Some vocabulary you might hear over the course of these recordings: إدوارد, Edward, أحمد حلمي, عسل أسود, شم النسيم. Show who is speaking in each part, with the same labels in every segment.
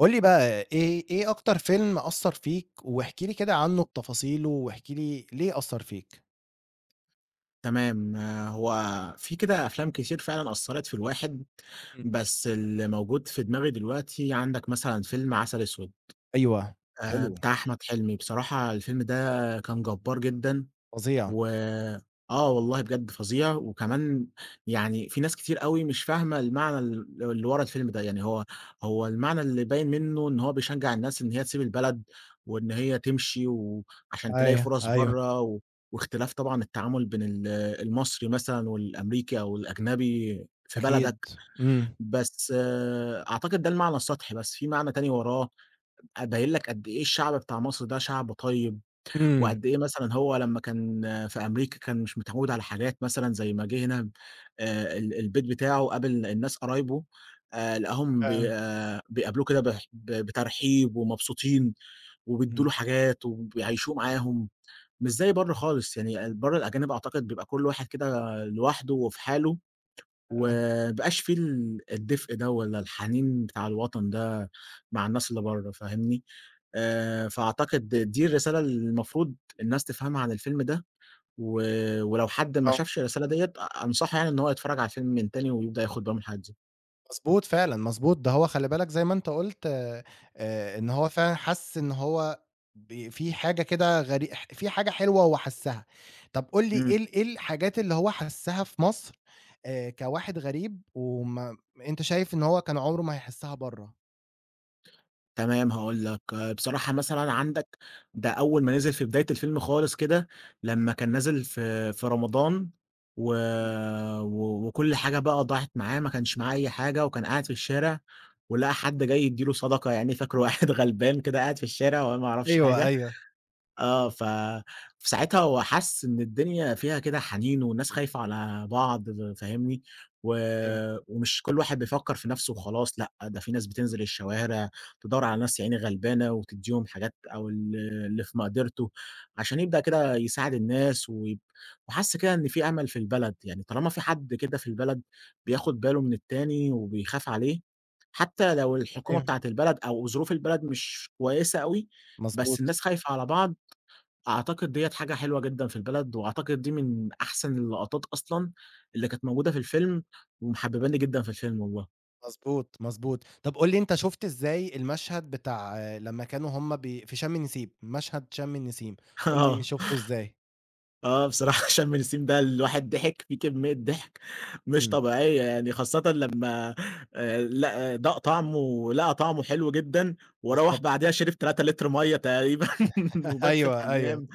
Speaker 1: قُل لي بقى إيه أكتر فيلم أثّر فيك، واحكِ لي كده عنه بتفاصيله، واحكِ لي ليه أثّر فيك؟
Speaker 2: تمام، هو في كده أفلام كتير فعلًا أثّرت في الواحد،
Speaker 1: إمم.
Speaker 2: بس اللي موجود في دماغي دلوقتي عندك مثلًا فيلم عسل أسود،
Speaker 1: أيوه، حلو،
Speaker 2: بتاع أحمد حلمي. بصراحة الفيلم ده كان جبّار جدًا
Speaker 1: فظيع.
Speaker 2: و آه والله بجد فظيع، وكمان يعني في ناس كتير أوي مش فاهمة المعنى اللي ورا الفيلم ده. يعني هو المعنى اللي باين منه إن هو بيشجّع الناس إن هي تسيب البلد، وإن هي تمشي وعشان تلاقي
Speaker 1: أيوه،
Speaker 2: فرص
Speaker 1: أيوه،
Speaker 2: برّه، واختلاف طبعًا التعامل بين المصري مثلًا والأمريكي أو الأجنبي في
Speaker 1: أكيد.
Speaker 2: بلدك.
Speaker 1: إمم،
Speaker 2: بس أعتقد ده المعنى السطحي، بس في معنى تاني وراه باين لك قد إيه الشعب بتاع مصر ده شعب طيب،
Speaker 1: إمم،
Speaker 2: وقد إيه مثلًا هو لمّا كان في أمريكا كان مش متعوّد على حاجات مثلًا زي ما جِه هنا. ال البيت بتاعه قابل الناس قرايبه، لقاهم بي
Speaker 1: فعلًا،
Speaker 2: بيقابلوه كده بح ب بترحيب ومبسوطين، وبيدّوا
Speaker 1: إمم،
Speaker 2: له حاجات وبيعيّشوه معاهم. مش زي برّه خالص، يعني برّه الأجانب أعتقد بيبقى كل واحد كده لوحده وفي حاله،
Speaker 1: فعلًا،
Speaker 2: وما بيبقاش في الدفء ده ولا الحنين بتاع الوطن ده مع الناس اللي برّه، فاهمني؟ فأعتقد دي الرسالة اللي المفروض الناس تفهمها عن الفيلم ده. و ولو حد ما
Speaker 1: آه.
Speaker 2: شافش الرسالة ديّة أنصحه يعني إن هو يتفرّج على الفيلم من تاني ويبدأ ياخد باله من الحاجات دي.
Speaker 1: مضبوط فعلًا، مضبوط، ده هو خلّي بالك زي ما أنت قُلت إن هو فعلًا حَس إن هو ب في حاجة كده غري ح في حاجة حلوة هو حسّها. طَب قُل لي إيه
Speaker 2: إمم.
Speaker 1: ال إيه الحاجات اللي هو حسّها في مصر، كواحد غريب أنت شايف إن هو كان عمره ما هيحسّها برّه؟
Speaker 2: تمام هاقول لك، بصراحة مثلًا عندك ده أول ما نزل في بداية الفيلم خالص كده، لمّا كان نازل في رمضان، و
Speaker 1: إمم.
Speaker 2: و وكل حاجة بقى ضاعت معاه. ما كانش معاه أي حاجة وكان قاعد في الشارع، ولقى حد جاي يدّي له صدقة. يعني فاكره قاعد غلبان كده قاعد في الشارع وهو ما يعرفش
Speaker 1: أيوه،
Speaker 2: حاجة.
Speaker 1: أيوه،
Speaker 2: آه،
Speaker 1: إمم.
Speaker 2: ف فساعتها هو حَس إن الدنيا فيها كده حنين والناس خايفة على بعض، فاهمني؟ و
Speaker 1: أيوه،
Speaker 2: ومش كل واحد بيفكّر في نَفْسه وخلاص. لأ، ده في ناس بتنزل الشوارع تدوّر على ناس يا عيني غلبانة وتدّيهم حاجات أو اللي في مقدرته، عشان يبدأ كده يساعد الناس وحَس كده إن في أمل في البلد. يعني طالما في حد كده في البلد بياخُد باله من التاني وبيخاف عليه، حتى لو الحكومة
Speaker 1: أيوه،
Speaker 2: بتاعة البلد أو ظروف البلد مش كويسة أوي، بس
Speaker 1: مضبوط،
Speaker 2: الناس خايفة على بعض، أعتقد ديّة حاجة حلوة جدًا في البلد. وأعتقد دي من أحسن اللقطات أصلًا اللي كانت موجودة في الفيلم، ومحبباني جدًا في الفيلم والله.
Speaker 1: مضبوط، مضبوط. طَب قُل لي أنت شُفت إزاي المشهد بتاع لمّا كانوا هُم في شم النسيم، مشهد شم النسيم، قُل لي
Speaker 2: آه.
Speaker 1: شُفته إزاي؟
Speaker 2: بصراحة شم النسيم ده الواحد ضحك فيه كمية ضحك مش
Speaker 1: إمم.
Speaker 2: طبيعية، يعني خاصةً لمّا لق داق طعمه لقى طعمه حلو جدًا، وروّح
Speaker 1: بالضبط
Speaker 2: بعديها شرب 3 لتر مَيّة تقريبًا وبات في
Speaker 1: أيوه، أيوه،
Speaker 2: الحمام.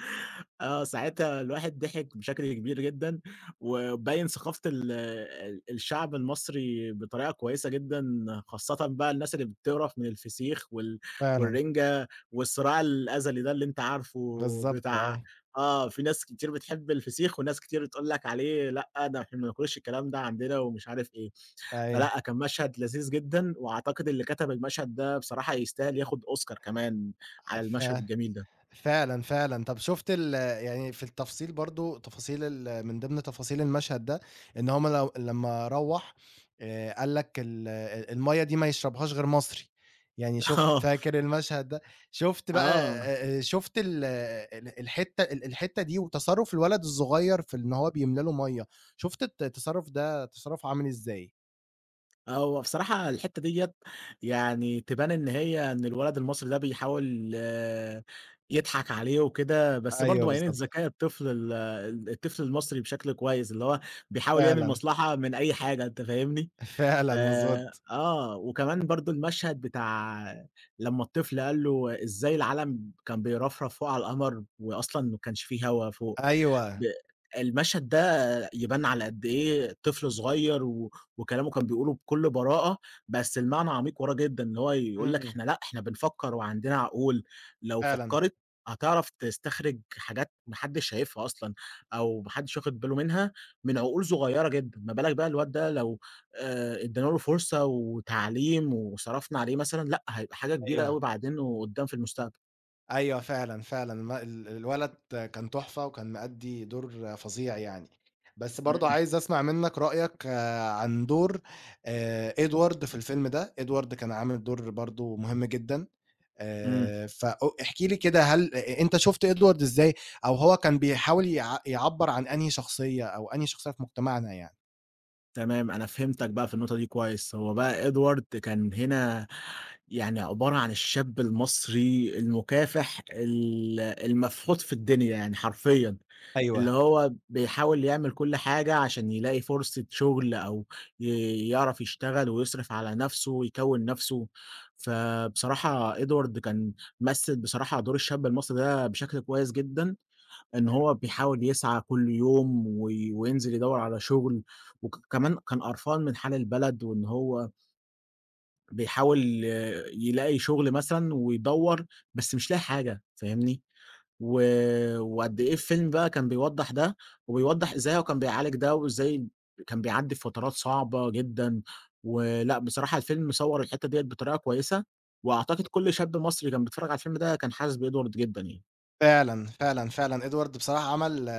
Speaker 2: ساعتها الواحد ضحك بشكل كبير جدًا، وبيّن ثقافة ال ال الشعب المصري بطريقة كويسة جدًا، خاصةً بقى الناس اللي بتقرف من الفسيخ
Speaker 1: فعلًا،
Speaker 2: والرنجة والصراع الأزلي ده اللي أنت عارفه
Speaker 1: بالضبط
Speaker 2: بتاع.
Speaker 1: آه،
Speaker 2: في ناس كتير بتحب الفسيخ، وناس كتير بتقول لك عليه لأ، ده إحنا ما بناكلش الكلام ده عندنا ومش عارف إيه.
Speaker 1: أيوه،
Speaker 2: فلأ، كان مشهد لذيذ جدًا، وأعتقد اللي كتب المشهد ده بصراحة يستاهل ياخد أوسكار كمان على
Speaker 1: ف
Speaker 2: المشهد الجميل ده.
Speaker 1: فعلًا، فعلًا. طَب شُفت ال يعني في التفصيل برضه تفاصيل من ضمن تفاصيل المشهد ده، إن هُم لو لمّا روّح، قال لك المَيّة دي ما يشربهاش غير مصري، يعني شُفت
Speaker 2: آه،
Speaker 1: فاكر المشهد ده؟ شُفت بقى،
Speaker 2: آه.
Speaker 1: شُفت ال ال الحتة ال الحتة دي وتصرُّف الولد الصغير في إن هو بيملا له مَيّة، شُفت التصرُّف ده تصرُّف عامل إزاي؟
Speaker 2: هو بصراحة الحتة ديّة يعني تبان إن هي إن الولد المصري ده بيحاول يضحك عليه وكده. بس
Speaker 1: أيوه
Speaker 2: برضه بيّنت
Speaker 1: بالضبط،
Speaker 2: ذكاء الطفل الطفل المصري بشكل كويس، اللي هو بيحاول يعمل
Speaker 1: فعلًا.
Speaker 2: مصلحة من أي حاجة. أنت فاهمني؟
Speaker 1: فعلًا مضبوط،
Speaker 2: وكمان برضه المشهد بتاع لمّا الطفل قال له إزاي العَلَم كان بيرفرف فوق على القمر وأصلًا ما كانش في هوا فوق. ب
Speaker 1: أيوه،
Speaker 2: المشهد يبان على قد إيه طفل صغير، وكلامه كان بيقوله بكل براءة، بس المعنى عميق وراه جدًا. اللي هو يقول لك
Speaker 1: إمم،
Speaker 2: إحنا لأ، إحنا بنفكّر وعندنا عقول، لو
Speaker 1: فعلًا،
Speaker 2: فكّرت هتعرف تستخرج حاجات ما حدش شايفها أصلًا أو ما حدش واخد باله منها من عقول صغيّرة جدًا. ما بالك بقى الواد ده لو ادّينا له فرصة وتعليم وصرفنا عليه مثلًا، لأ، هيبقى حاجة كبيرة
Speaker 1: أيوه،
Speaker 2: أوي بعدين وقدّام في المستقبل.
Speaker 1: أيوه فعلًا، فعلًا الم ال الولد كان تحفة وكان مأدّي دور فظيع يعني، بس برضه
Speaker 2: إمم،
Speaker 1: عايز أسمع منّك رأيك عن دور إدوارد في الفيلم ده. إدوارد كان عامل دور برضه مهم جدًا.
Speaker 2: إمم.
Speaker 1: فأ احكِ لي كده، هل أنت شُفت إدوارد إزاي، أو هو كان بيحاول يعبّر عن أنهي شخصية، أو أنهي شخصية في مجتمعنا يعني؟
Speaker 2: تمام، أنا فهمتك بقى في النقطة دي كويس. هو بقى Edward كان هنا يعني عبارة عن الشاب المصري المكافح المفحوط في الدنيا يعني حرفيًا،
Speaker 1: أيوه.
Speaker 2: اللي هو بيحاول يعمل كل حاجة عشان يلاقي فرصة شغل أو يعرف يشتغل ويصرف على نفسه ويكوّن نفسه. فبصراحة Edward كان مثّل بصراحة دور الشاب المصري ده بشكل كويس جدًا. إن هو بيحاول يسعى كل يوم وينزل يدوّر على شغل، وكمان كان قرفان من حال البلد وإن هو بيحاول يلاقي شغل مثلًا ويدوّر، بس مش لاقي حاجة. فاهمني؟ و وقد إيه الفيلم بقى كان بيوضّح ده، وبيوضّح إزاي هو كان بيعالج ده، وإزاي كان بيعدّي بفترات صعبة جدًا. ولأ بصراحة الفيلم صوّر الحتّة ديّة بطريقة كويسة، وأعتقد كل شاب مصري كان بيتفرّج على الفيلم ده كان حاسس بإدوارد جدًا يعني.
Speaker 1: فعلًا، فعلًا، فعلًا إدوارد بصراحة عمل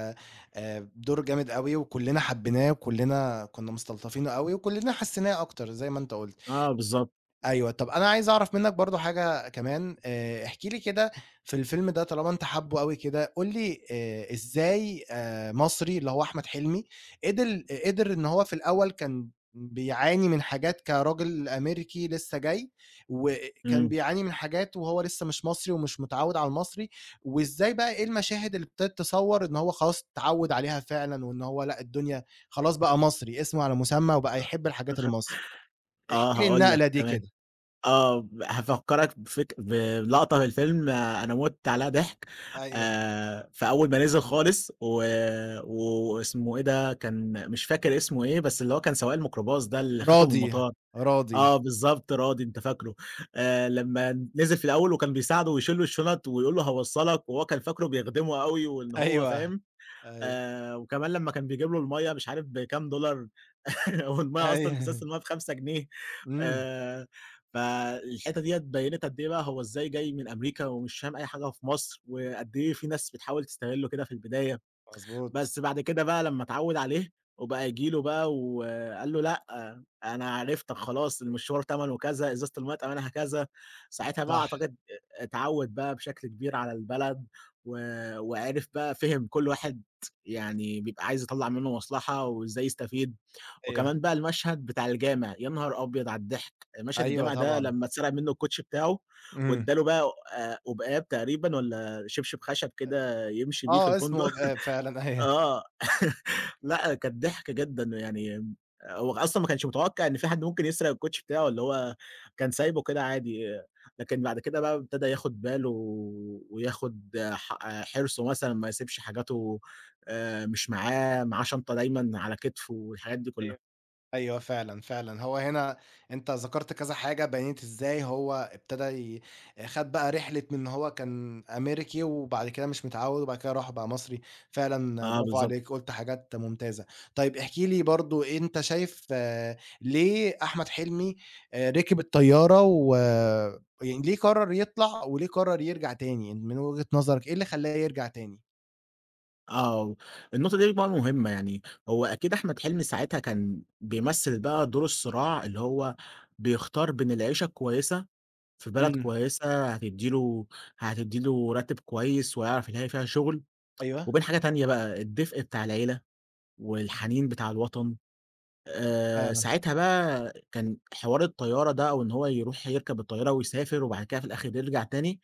Speaker 1: دور جامد أوي، وكلّنا حبيناه وكلّنا كنا مستلطفينه أوي وكلّنا حسيناه أكتر زي ما أنت قُلت.
Speaker 2: آه بالضبط.
Speaker 1: أيوه، طب أنا عايز أعرف منّك برضه حاجة كمان. احكِ لي كده، في الفيلم ده طالما أنت حابّه أوي كده، قُل لي إزاي مصري اللي هو أحمد حلمي قِدِر إن هو في الأول كان بيعاني من حاجات كراجل أمريكي لسّه جاي، وكان
Speaker 2: إمم.
Speaker 1: بيعاني من حاجات وهو لسّه مش مصري ومش متعوّد على المصري، وإزاي بقى إيه المشاهد اللي ابتدت تصوّر إن هو خلاص اتعوّد عليها فعلًا وإن هو لأ، الدنيا خلاص بقى مصري، اسمه على مسمّى وبقى يحب الحاجات المصري. احكِ
Speaker 2: آه
Speaker 1: لي
Speaker 2: هاقول
Speaker 1: النقلة
Speaker 2: لك
Speaker 1: دي
Speaker 2: تمام.
Speaker 1: كده.
Speaker 2: آه، هافكّرك بلقطة في الفيلم، أنا مُتّ عليها ضحك.
Speaker 1: أيوه.
Speaker 2: فأول ما نزل خالص واسمه إيه ده، كان مش فاكر اسمه إيه، بس اللي هو كان سواق الميكروباص ده اللي خَدته من
Speaker 1: راضي،
Speaker 2: المطار.
Speaker 1: راضي.
Speaker 2: آه بالضبط، راضي أنت فاكره. لمّا نزل في الأول وكان بيساعده ويشيل له الشُنط ويقول له هاوصّلك، وهو كان فاكره بيخدمه أوي وإن هو
Speaker 1: أيوه،
Speaker 2: فاهم.
Speaker 1: أيوه،
Speaker 2: وكمان لمّا كان بيجيب له المَيّة مش عارف بكام دولار. هو المَيّة أصلًا إزازة
Speaker 1: أيوه.
Speaker 2: المَيّة ب5 جنيه.
Speaker 1: إمم.
Speaker 2: آآ، فالحتّة ديّة بيّنِت قد إيه بقى هو إزاي جاي من أمريكا ومش فاهم أي حاجة في مصر، وقد إيه في ناس بتحاول تستغلّه كده في البداية.
Speaker 1: مضبوط،
Speaker 2: بس بعد كده بقى لمّا اتعوّد عليه وبقى ييجي له بقى وقال له: "لأ، أنا عرفتك خلاص، المشوار تمنه كذا، إزازة المَيّة تمنها كذا." ساعتها بقى
Speaker 1: صح،
Speaker 2: أعتقد اتعوّد بقى بشكل كبير على البلد، و وعرف بقى فِهِم كل واحد يعني بيبقى عايز يطلّع منّه مصلحة وإزاي يستفيد.
Speaker 1: أيوه،
Speaker 2: وكمان بقى المشهد بتاع الجامع، يا نهار أبيض على الضحك! مشهد
Speaker 1: أيوه
Speaker 2: الجامع ده
Speaker 1: طبعًا.
Speaker 2: لمّا اتسرق منه الكوتشي بتاعه
Speaker 1: إمم.
Speaker 2: وادّى له بقى قبقاب تقريبًا والّا شبشب خشب
Speaker 1: آآ،
Speaker 2: كده يمشي بيه
Speaker 1: آه،
Speaker 2: في الفندق.
Speaker 1: اسمه فعلًا أيوه،
Speaker 2: آه، لأ كانت ضحك جدًا يعني. هو أصلًا ما كانش متوقع إن في حد ممكن يسرق الكوتشي بتاعه، اللي هو كان سايبه كده عادي. لكن بعد كده بقى ابتدى ياخد باله وياخد حرصه مثلًا ما يسيبش حاجاته مش معاه، معاه شنطة دايمًا على كتفه والحاجات دي كلها.
Speaker 1: أيوه. أيوه فعلًا، فعلًا. هو هنا أنت ذكرت كذا حاجة بيّنت إزاي هو ابتدى خَد بقى رحلة من إن هو كان أمريكي وبعد كده مش متعوّد وبعد كده راح بقى مصري. فعلًا
Speaker 2: آه
Speaker 1: برافو
Speaker 2: بالضبط.
Speaker 1: عليك، قُلت حاجات ممتازة. طيب احكِ لي برضه أنت شايف ليه أحمد حلمي ركب الطيارة و، يعني ليه قرّر يطلع وليه قرّر يرجع تاني من وجهة نظرك، إيه اللي خلّاه يرجع تاني؟
Speaker 2: آه، النقطة دي بقى مهمة، يعني هو أكيد أحمد حلمي ساعتها كان بيمثّل بقى دور الصراع اللي هو بيختار بين العيشة الكويسة في بلد
Speaker 1: إمم.
Speaker 2: كويسة هتدّي له راتب كويس ويعرف يلاقي فيها شغل،
Speaker 1: أيوه.
Speaker 2: وبين حاجة تانية بقى الدفء بتاع العيلة والحنين بتاع الوطن.
Speaker 1: فعلًا،
Speaker 2: ساعتها بقى كان حوار الطيارة ده، أو إن هو يروح يركب الطيارة ويسافر وبعد كده في الآخر يرجع تاني.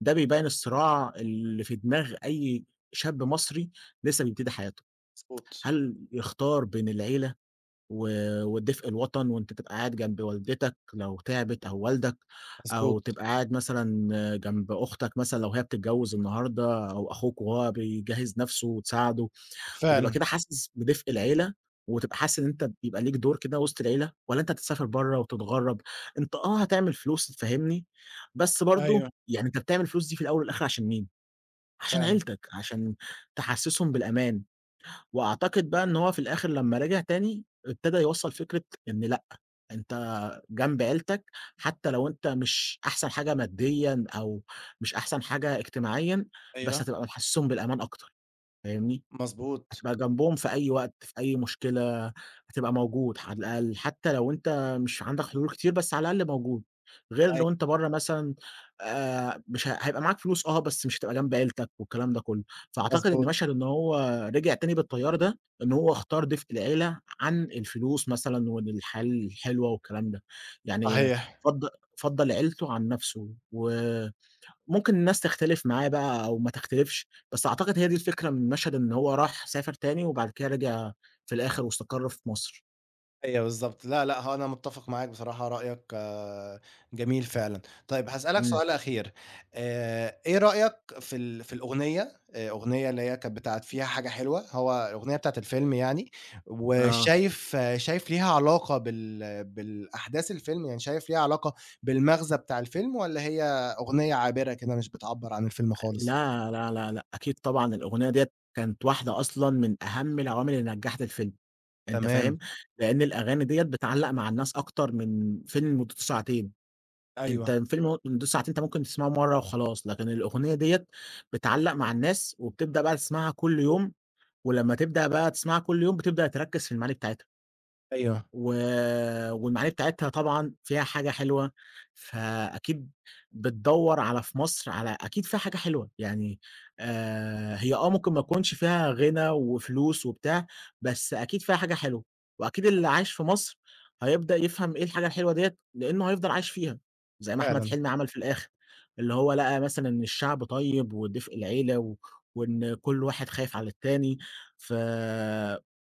Speaker 2: ده بيبين الصراع اللي في دماغ أي شاب مصري لسه بيبتدي حياته.
Speaker 1: مضبوط.
Speaker 2: هل يختار بين العيلة و ودفء الوطن، وأنت تبقى قاعد جنب والدتك لو تعبت أو والدك،
Speaker 1: مضبوط.
Speaker 2: أو تبقى قاعد مثلًا جنب أختك مثلًا لو هي بتتجوز النهارده أو أخوك وهو بيجهّز نَفْسه وتساعده، وتبقى
Speaker 1: فعلًا،
Speaker 2: كده حاسس بدفء العيلة، وتبقى حاسس إن أنت بيبقى ليك دور كده وسط العيلة، والّا أنت هتسافر برّه وتتغرّب؟ أنت هتعمل فلوس، فاهمني؟ بس برضه
Speaker 1: أيوه.
Speaker 2: يعني أنت بتعمل الفلوس دي في الأول والآخر عشان مين؟ عشان
Speaker 1: فعلًا.
Speaker 2: عيلتك، عشان تحسّسهم بالأمان. وأعتقد بقى إن هو في الآخر لمّا رجع تاني، ابتدى يوصّل فكرة إن لأ، أنت جنب عيلتك حتى لو أنت مش أحسن حاجة ماديًا أو مش أحسن حاجة اجتماعيًا، بس
Speaker 1: أيوه،
Speaker 2: هتبقى محسسهم بالأمان أكتر. فاهمني؟
Speaker 1: مضبوط،
Speaker 2: هتبقى جنبهم في أي وقت، في أي مشكلة، هتبقى موجود على الأقل. حتى لو أنت مش عندك حلول كتير بس على الأقل موجود، غير
Speaker 1: أيوه
Speaker 2: لو أنت برّه مثلًا مش هيبقى معاك فلوس بس مش هتبقى جنب عيلتك والكلام ده كلّه. فأعتقد إن
Speaker 1: مضبوط،
Speaker 2: مشهد إن هو رجع تاني بالتيار ده، إن هو اختار دفء العيلة عن الفلوس مثلًا والحياة الحلوة والكلام ده، يعني
Speaker 1: صحيح،
Speaker 2: فضّ فضّل عيلته عن نَفْسه. ممكن الناس تختلف معاه بقى أو ما تختلفش، بس أعتقد هي دي الفكرة من المشهد إن هو راح سافر تاني وبعد كده رجع في الآخر واستقر في مصر.
Speaker 1: أيوه بالضبط. لا، لأ، هو أنا متّفق معاك بصراحة، رأيك جميل فعلًا. طيب هاسألك
Speaker 2: إمم.
Speaker 1: سؤال أخير. إيه رأيك في في الأغنية، أغنية اللي هي كانت بتاعة فيها حاجة حلوة، هو الأغنية بتاعة الفيلم يعني،
Speaker 2: آه،
Speaker 1: وشايف، ليها علاقة بالأحداث الفيلم، يعني شايف ليها علاقة بالمغزى بتاع الفيلم والّا هي أغنية عابرة كده مش بتعبّر عن الفيلم خالص؟
Speaker 2: لا، لا، لا، لأ، أكيد طبعًا الأغنية ديّة كانت واحدة أصلًا من أهم العوامل اللي نجّحت الفيلم. أنت
Speaker 1: تمام،
Speaker 2: فاهم؟ لإن الأغاني ديّة بتعلّق مع الناس أكتر من فيلم مدته ساعتين. أنت
Speaker 1: أيوه،
Speaker 2: الفيلم مدته ساعتين أنت ممكن تسمعه مرّة وخلاص، لكن الأغنية ديّة بتعلّق مع الناس وبتبدأ بقى تسمعها كل يوم. ولمّا تبدأ بقى تسمعها كل يوم بتبدأ تركّز في المعاني بتاعتها.
Speaker 1: أيوه،
Speaker 2: و والمعالي بتاعتها طبعًا فيها حاجة حلوة. فأكيد بتدوّر على في مصر على أكيد فيها حاجة حلوة، يعني هي ممكن ما تكونش فيها غِنى وفلوس وبتاع، بس أكيد فيها حاجة حلوة. وأكيد اللي عايش في مصر هيبدأ يفهم إيه الحاجة الحلوة ديّة، لإنه هيفضل عايش فيها، زي ما أحمد
Speaker 1: فعلًا.
Speaker 2: حلمي عمل في الآخر، اللي هو لقى مثلًا إن الشعب طيب ودفء العيلة وإن كل واحد خايف على التاني. ف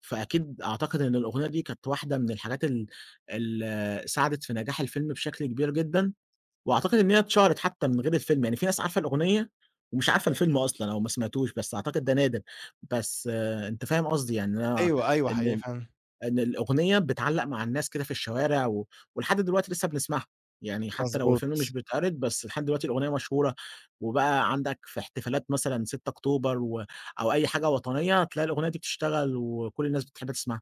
Speaker 2: فأكيد أعتقد إن الأغنية دي كانت واحدة من الحاجات اللي ساعدت في نجاح الفيلم بشكل كبير جدًا. وأعتقد إن هي اتشهرت حتى من غير الفيلم، يعني في ناس عارفة الأغنية ومش عارفة الفيلم أصلًا أو ما سمعتوش، بس أعتقد ده نادر. بس أنت فاهم قصدي يعني أنا،
Speaker 1: أيوه، أيوه حقيقي
Speaker 2: إن
Speaker 1: فعلًا،
Speaker 2: إن الأغنية بتعلّق مع الناس كده في الشوارع، ولحد دلوقتي لسه بنسمعها. يعني حتى لو
Speaker 1: مضبوط،
Speaker 2: الفيلم مش بيتعرض بس لحد دلوقتي الأغنية مشهورة. وبقى عندك في احتفالات مثلًا 6 أكتوبر أو أي حاجة وطنية، تلاقي الأغنية دي بتشتغل وكل الناس بتحب تسمعها.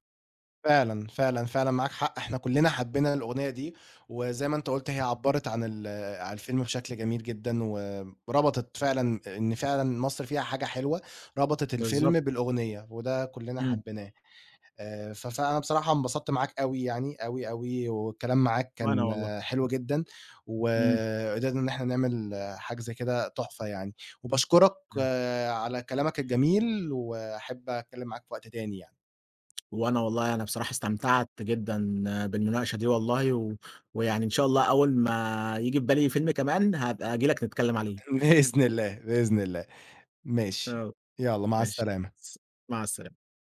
Speaker 1: فعلًا، فعلًا، فعلًا معاك حق، إحنا كلّنا حبّينا الأغنية دي، وزي ما أنت قُلت هي عبّرت عن عن الفيلم بشكل جميل جدًا، وربطت فعلًا إن فعلًا مصر فيها حاجة حلوة، ربطت الفيلم
Speaker 2: بالضبط.
Speaker 1: بالأغنية، وده كلّنا
Speaker 2: إمم.
Speaker 1: حبّيناه. ف فأنا بصراحة انبسطت معاك أوي يعني، أوي، أوي، والكلام معاك
Speaker 2: وأنا
Speaker 1: كان
Speaker 2: والله،
Speaker 1: حلو جدًا،
Speaker 2: إمم،
Speaker 1: وقدرنا إن إحنا نعمل حاجة زي كده تحفة يعني، وباشكرك على كلامك الجميل، وأحب أتكلم معاك في وقت تاني يعني.
Speaker 2: وأنا والله أنا بصراحة استمتعت جدًا بالمناقشة دي والله. ويعني إن شاء الله أول ما ييجي في بالي فيلم كمان هابقى آجي لك نتكلم عليه.
Speaker 1: بإذن الله، بإذن الله. ماشي،
Speaker 2: آه،
Speaker 1: يالّا مع
Speaker 2: ماشي،
Speaker 1: السلامة.
Speaker 2: س مع السلامة.